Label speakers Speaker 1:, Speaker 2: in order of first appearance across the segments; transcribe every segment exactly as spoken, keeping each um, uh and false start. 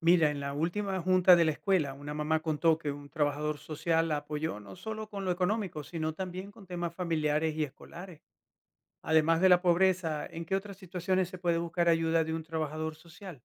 Speaker 1: Mira, en la última junta de la escuela, una mamá contó que un trabajador social la apoyó no solo con lo económico, sino también con temas familiares y escolares. Además de la pobreza, ¿en qué otras situaciones se puede buscar ayuda de un trabajador social?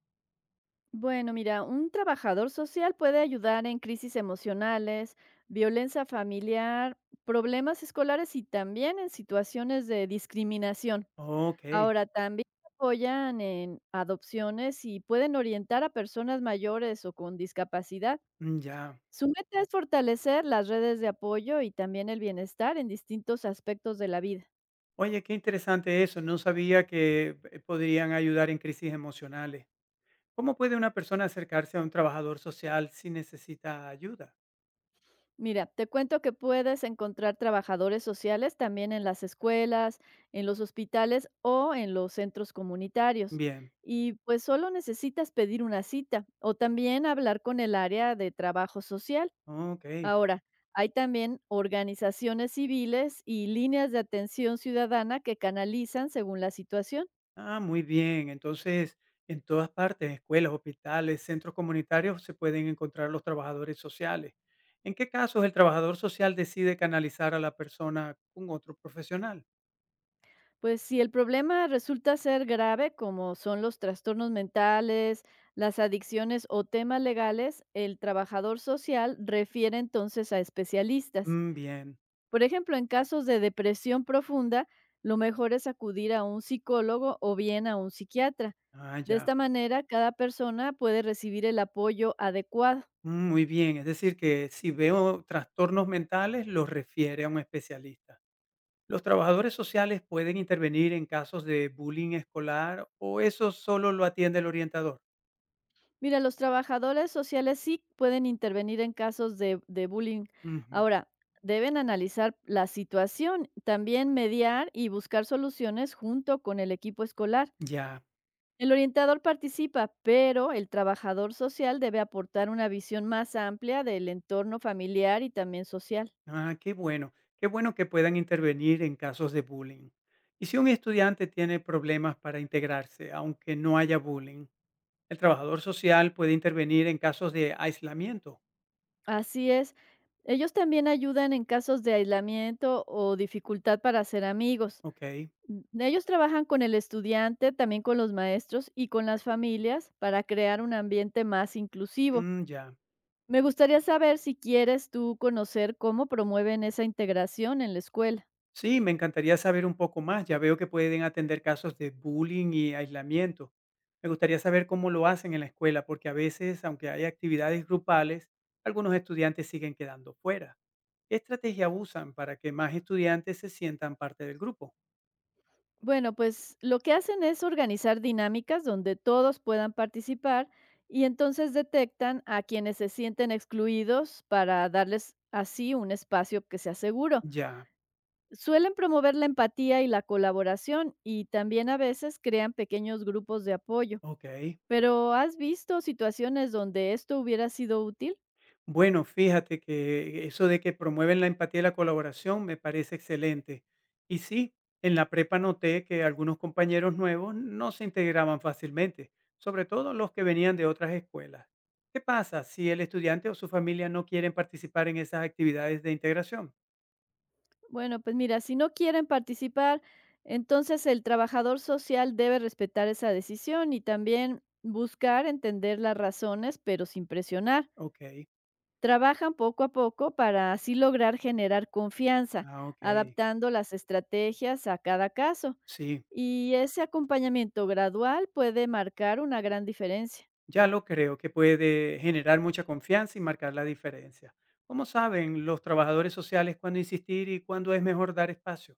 Speaker 2: Bueno, mira, un trabajador social puede ayudar en crisis emocionales, violencia familiar, problemas escolares y también en situaciones de discriminación.
Speaker 1: Ok,
Speaker 2: Ahora, también apoyan en adopciones y pueden orientar a personas mayores o con discapacidad.
Speaker 1: mm, ya.
Speaker 2: Su meta es fortalecer las redes de apoyo y también el bienestar en distintos aspectos de la vida.
Speaker 1: Oye, qué interesante eso. No sabía que eh, podrían ayudar en crisis emocionales. ¿Cómo puede una persona acercarse a un trabajador social si necesita ayuda?
Speaker 2: Mira, te cuento que puedes encontrar trabajadores sociales también en las escuelas, en los hospitales o en los centros comunitarios.
Speaker 1: Bien,
Speaker 2: Y pues solo necesitas pedir una cita o también hablar con el área de trabajo social.
Speaker 1: ok.
Speaker 2: Ahora, hay también organizaciones civiles y líneas de atención ciudadana que canalizan según la situación.
Speaker 1: Ah, muy bien. Entonces, en todas partes, escuelas, hospitales, centros comunitarios, se pueden encontrar los trabajadores sociales. ¿En qué casos el trabajador social decide canalizar a la persona con otro profesional?
Speaker 2: Pues si el problema resulta ser grave, como son los trastornos mentales, las adicciones o temas legales, el trabajador social refiere entonces a especialistas.
Speaker 1: Mm, bien.
Speaker 2: Por ejemplo, en casos de depresión profunda, lo mejor es acudir a un psicólogo o bien a un psiquiatra.
Speaker 1: Ah,
Speaker 2: De
Speaker 1: ya.
Speaker 2: esta manera, cada persona puede recibir el apoyo adecuado.
Speaker 1: Mm, muy bien. Es decir, que si veo trastornos mentales, los refiere a un especialista. ¿Los trabajadores sociales pueden intervenir en casos de bullying escolar o eso solo lo atiende el orientador?
Speaker 2: Mira, los trabajadores sociales sí pueden intervenir en casos de, de bullying.
Speaker 1: Ujú,
Speaker 2: Ahora, deben analizar la situación, también mediar y buscar soluciones junto con el equipo escolar.
Speaker 1: ya.
Speaker 2: El orientador participa, pero el trabajador social debe aportar una visión más amplia del entorno familiar y también social.
Speaker 1: Ah, qué bueno, qué bueno que puedan intervenir en casos de bullying. ¿Y si un estudiante tiene problemas para integrarse, aunque no haya bullying? El trabajador social puede intervenir en casos de aislamiento.
Speaker 2: Así es, ellos también ayudan en casos de aislamiento o dificultad para hacer amigos.
Speaker 1: Ok,
Speaker 2: Mm, ellos trabajan con el estudiante, también con los maestros y con las familias para crear un ambiente más inclusivo.
Speaker 1: mm, ya.
Speaker 2: Me gustaría saber si quieres tú conocer cómo promueven esa integración en la escuela.
Speaker 1: Sí, me encantaría saber un poco más. Ya veo que pueden atender casos de bullying y aislamiento. Me gustaría saber cómo lo hacen en la escuela, porque a veces, aunque hay actividades grupales, algunos estudiantes siguen quedando fuera. ¿Qué estrategia usan para que más estudiantes se sientan parte del grupo?
Speaker 2: Bueno, pues lo que hacen es organizar dinámicas donde todos puedan participar y entonces detectan a quienes se sienten excluidos para darles así un espacio que sea seguro.
Speaker 1: Ya,
Speaker 2: Suelen promover la empatía y la colaboración y también a veces crean pequeños grupos de apoyo.
Speaker 1: ok.
Speaker 2: Pero, ¿has visto situaciones donde esto hubiera sido útil?
Speaker 1: Bueno, fíjate que eso de que promueven la empatía y la colaboración me parece excelente. Y sí, en la prepa noté que algunos compañeros nuevos no se integraban fácilmente, sobre todo los que venían de otras escuelas. ¿Qué pasa si el estudiante o su familia no quieren participar en esas actividades de integración?
Speaker 2: Bueno, pues mira, si no quieren participar, entonces el trabajador social debe respetar esa decisión y también buscar entender las razones, pero sin presionar.
Speaker 1: Ok,
Speaker 2: Trabajan poco a poco para así lograr generar confianza,
Speaker 1: ah, ok,
Speaker 2: adaptando las estrategias a cada caso.
Speaker 1: sí,
Speaker 2: Y ese acompañamiento gradual puede marcar una gran diferencia.
Speaker 1: ya lo creo que puede generar mucha confianza y marcar la diferencia. ¿Cómo saben los trabajadores sociales cuándo insistir y cuándo es mejor dar espacio?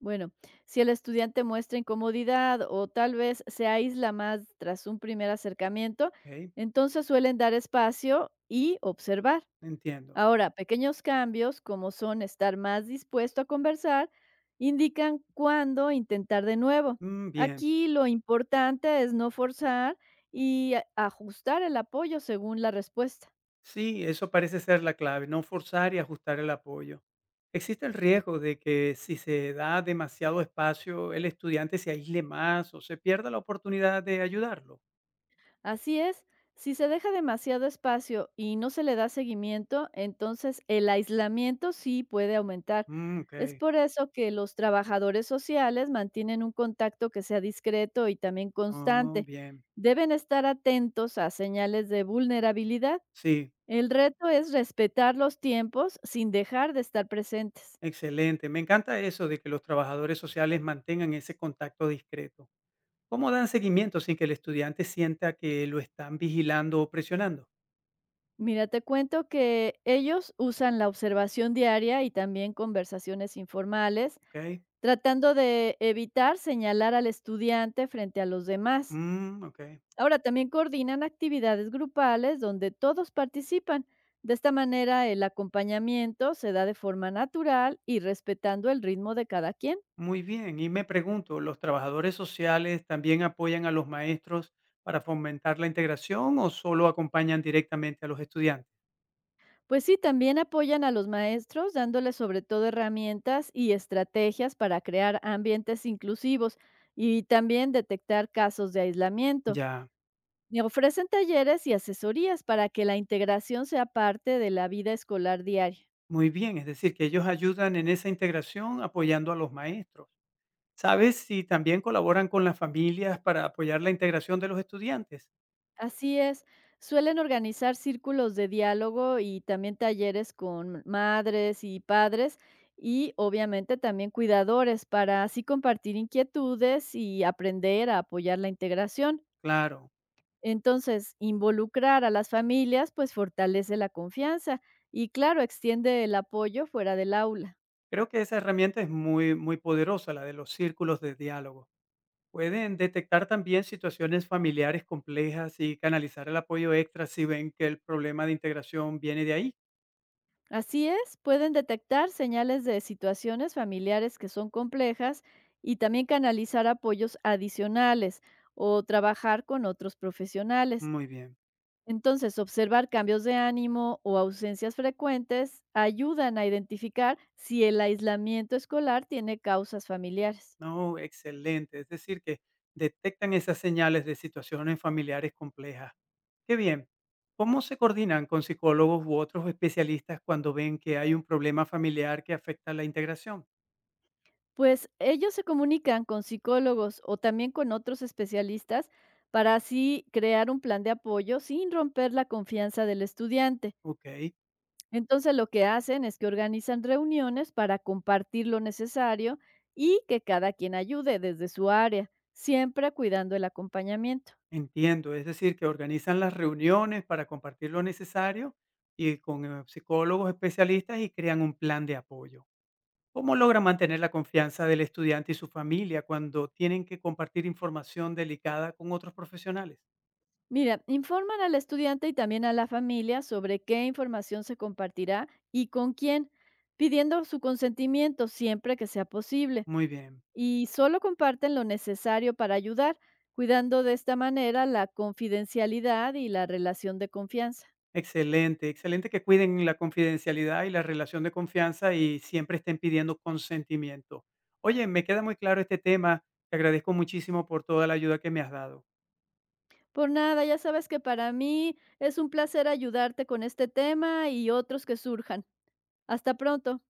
Speaker 2: Bueno, si el estudiante muestra incomodidad o tal vez se aísla más tras un primer acercamiento,
Speaker 1: Ok.
Speaker 2: entonces suelen dar espacio y observar.
Speaker 1: Entiendo.
Speaker 2: Ahora, pequeños cambios, como son estar más dispuesto a conversar, indican cuándo intentar de nuevo.
Speaker 1: Mm, bien.
Speaker 2: Aquí lo importante es no forzar y a- ajustar el apoyo según la respuesta.
Speaker 1: Sí, eso parece ser la clave, no forzar y ajustar el apoyo. ¿Existe el riesgo de que si se da demasiado espacio, el estudiante se aísle más o se pierda la oportunidad de ayudarlo?
Speaker 2: Así es, si se deja demasiado espacio y no se le da seguimiento, entonces el aislamiento sí puede aumentar.
Speaker 1: Mm,
Speaker 2: Es
Speaker 1: ok.
Speaker 2: por eso que los trabajadores sociales mantienen un contacto que sea discreto y también
Speaker 1: Oh,
Speaker 2: constante.
Speaker 1: bien.
Speaker 2: Deben estar atentos a señales de vulnerabilidad.
Speaker 1: Sí,
Speaker 2: El reto es respetar los tiempos sin dejar de estar presentes.
Speaker 1: excelente. Me encanta eso de que los trabajadores sociales mantengan ese contacto discreto. ¿Cómo dan seguimiento sin que el estudiante sienta que lo están vigilando o presionando?
Speaker 2: Mira, te cuento que ellos usan la observación diaria y también conversaciones informales
Speaker 1: Ok.
Speaker 2: tratando de evitar señalar al estudiante frente a los demás.
Speaker 1: Mm, ok.
Speaker 2: Ahora, también coordinan actividades grupales donde todos participan. De esta manera, el acompañamiento se da de forma natural y respetando el ritmo de cada quien.
Speaker 1: Muy bien, y me pregunto, ¿los trabajadores sociales también apoyan a los maestros para fomentar la integración o solo acompañan directamente a los estudiantes?
Speaker 2: Pues sí, también apoyan a los maestros dándoles sobre todo herramientas y estrategias para crear ambientes inclusivos y también detectar casos de aislamiento.
Speaker 1: Ya,
Speaker 2: Me ofrecen talleres y asesorías para que la integración sea parte de la vida escolar diaria.
Speaker 1: muy bien, es decir, que ellos ayudan en esa integración apoyando a los maestros. ¿Sabes si también colaboran con las familias para apoyar la integración de los estudiantes?
Speaker 2: Así es, suelen organizar círculos de diálogo y también talleres con madres y padres y obviamente también cuidadores para así compartir inquietudes y aprender a apoyar la integración.
Speaker 1: Claro,
Speaker 2: Entonces, involucrar a las familias pues fortalece la confianza y claro, extiende el apoyo fuera del aula.
Speaker 1: creo que esa herramienta es muy, muy poderosa, la de los círculos de diálogo. Pueden detectar también situaciones familiares complejas y canalizar el apoyo extra si ven que el problema de integración viene de ahí.
Speaker 2: Así es, pueden detectar señales de situaciones familiares que son complejas y también canalizar apoyos adicionales o trabajar con otros profesionales.
Speaker 1: Muy bien.
Speaker 2: Entonces, observar cambios de ánimo o ausencias frecuentes ayudan a identificar si el aislamiento escolar tiene causas familiares.
Speaker 1: No, excelente. Es decir, que detectan esas señales de situaciones familiares complejas. Qué bien. ¿Cómo se coordinan con psicólogos u otros especialistas cuando ven que hay un problema familiar que afecta la integración?
Speaker 2: Pues ellos se comunican con psicólogos o también con otros especialistas para así crear un plan de apoyo sin romper la confianza del estudiante.
Speaker 1: Ok.
Speaker 2: Entonces lo que hacen es que organizan reuniones para compartir lo necesario y que cada quien ayude desde su área, siempre cuidando el acompañamiento.
Speaker 1: Entiendo, es decir, que organizan las reuniones para compartir lo necesario y con eh, psicólogos especialistas y crean un plan de apoyo. ¿Cómo logran mantener la confianza del estudiante y su familia cuando tienen que compartir información delicada con otros profesionales?
Speaker 2: Mira, informan al estudiante y también a la familia sobre qué información se compartirá y con quién, pidiendo su consentimiento siempre que sea posible.
Speaker 1: Muy bien,
Speaker 2: Y solo comparten lo necesario para ayudar, cuidando de esta manera la confidencialidad y la relación de confianza.
Speaker 1: excelente, excelente que cuiden la confidencialidad y la relación de confianza y siempre estén pidiendo consentimiento. Oye, me queda muy claro este tema, te agradezco muchísimo por toda la ayuda que me has dado.
Speaker 2: Por nada, ya sabes que para mí es un placer ayudarte con este tema y otros que surjan. Hasta pronto.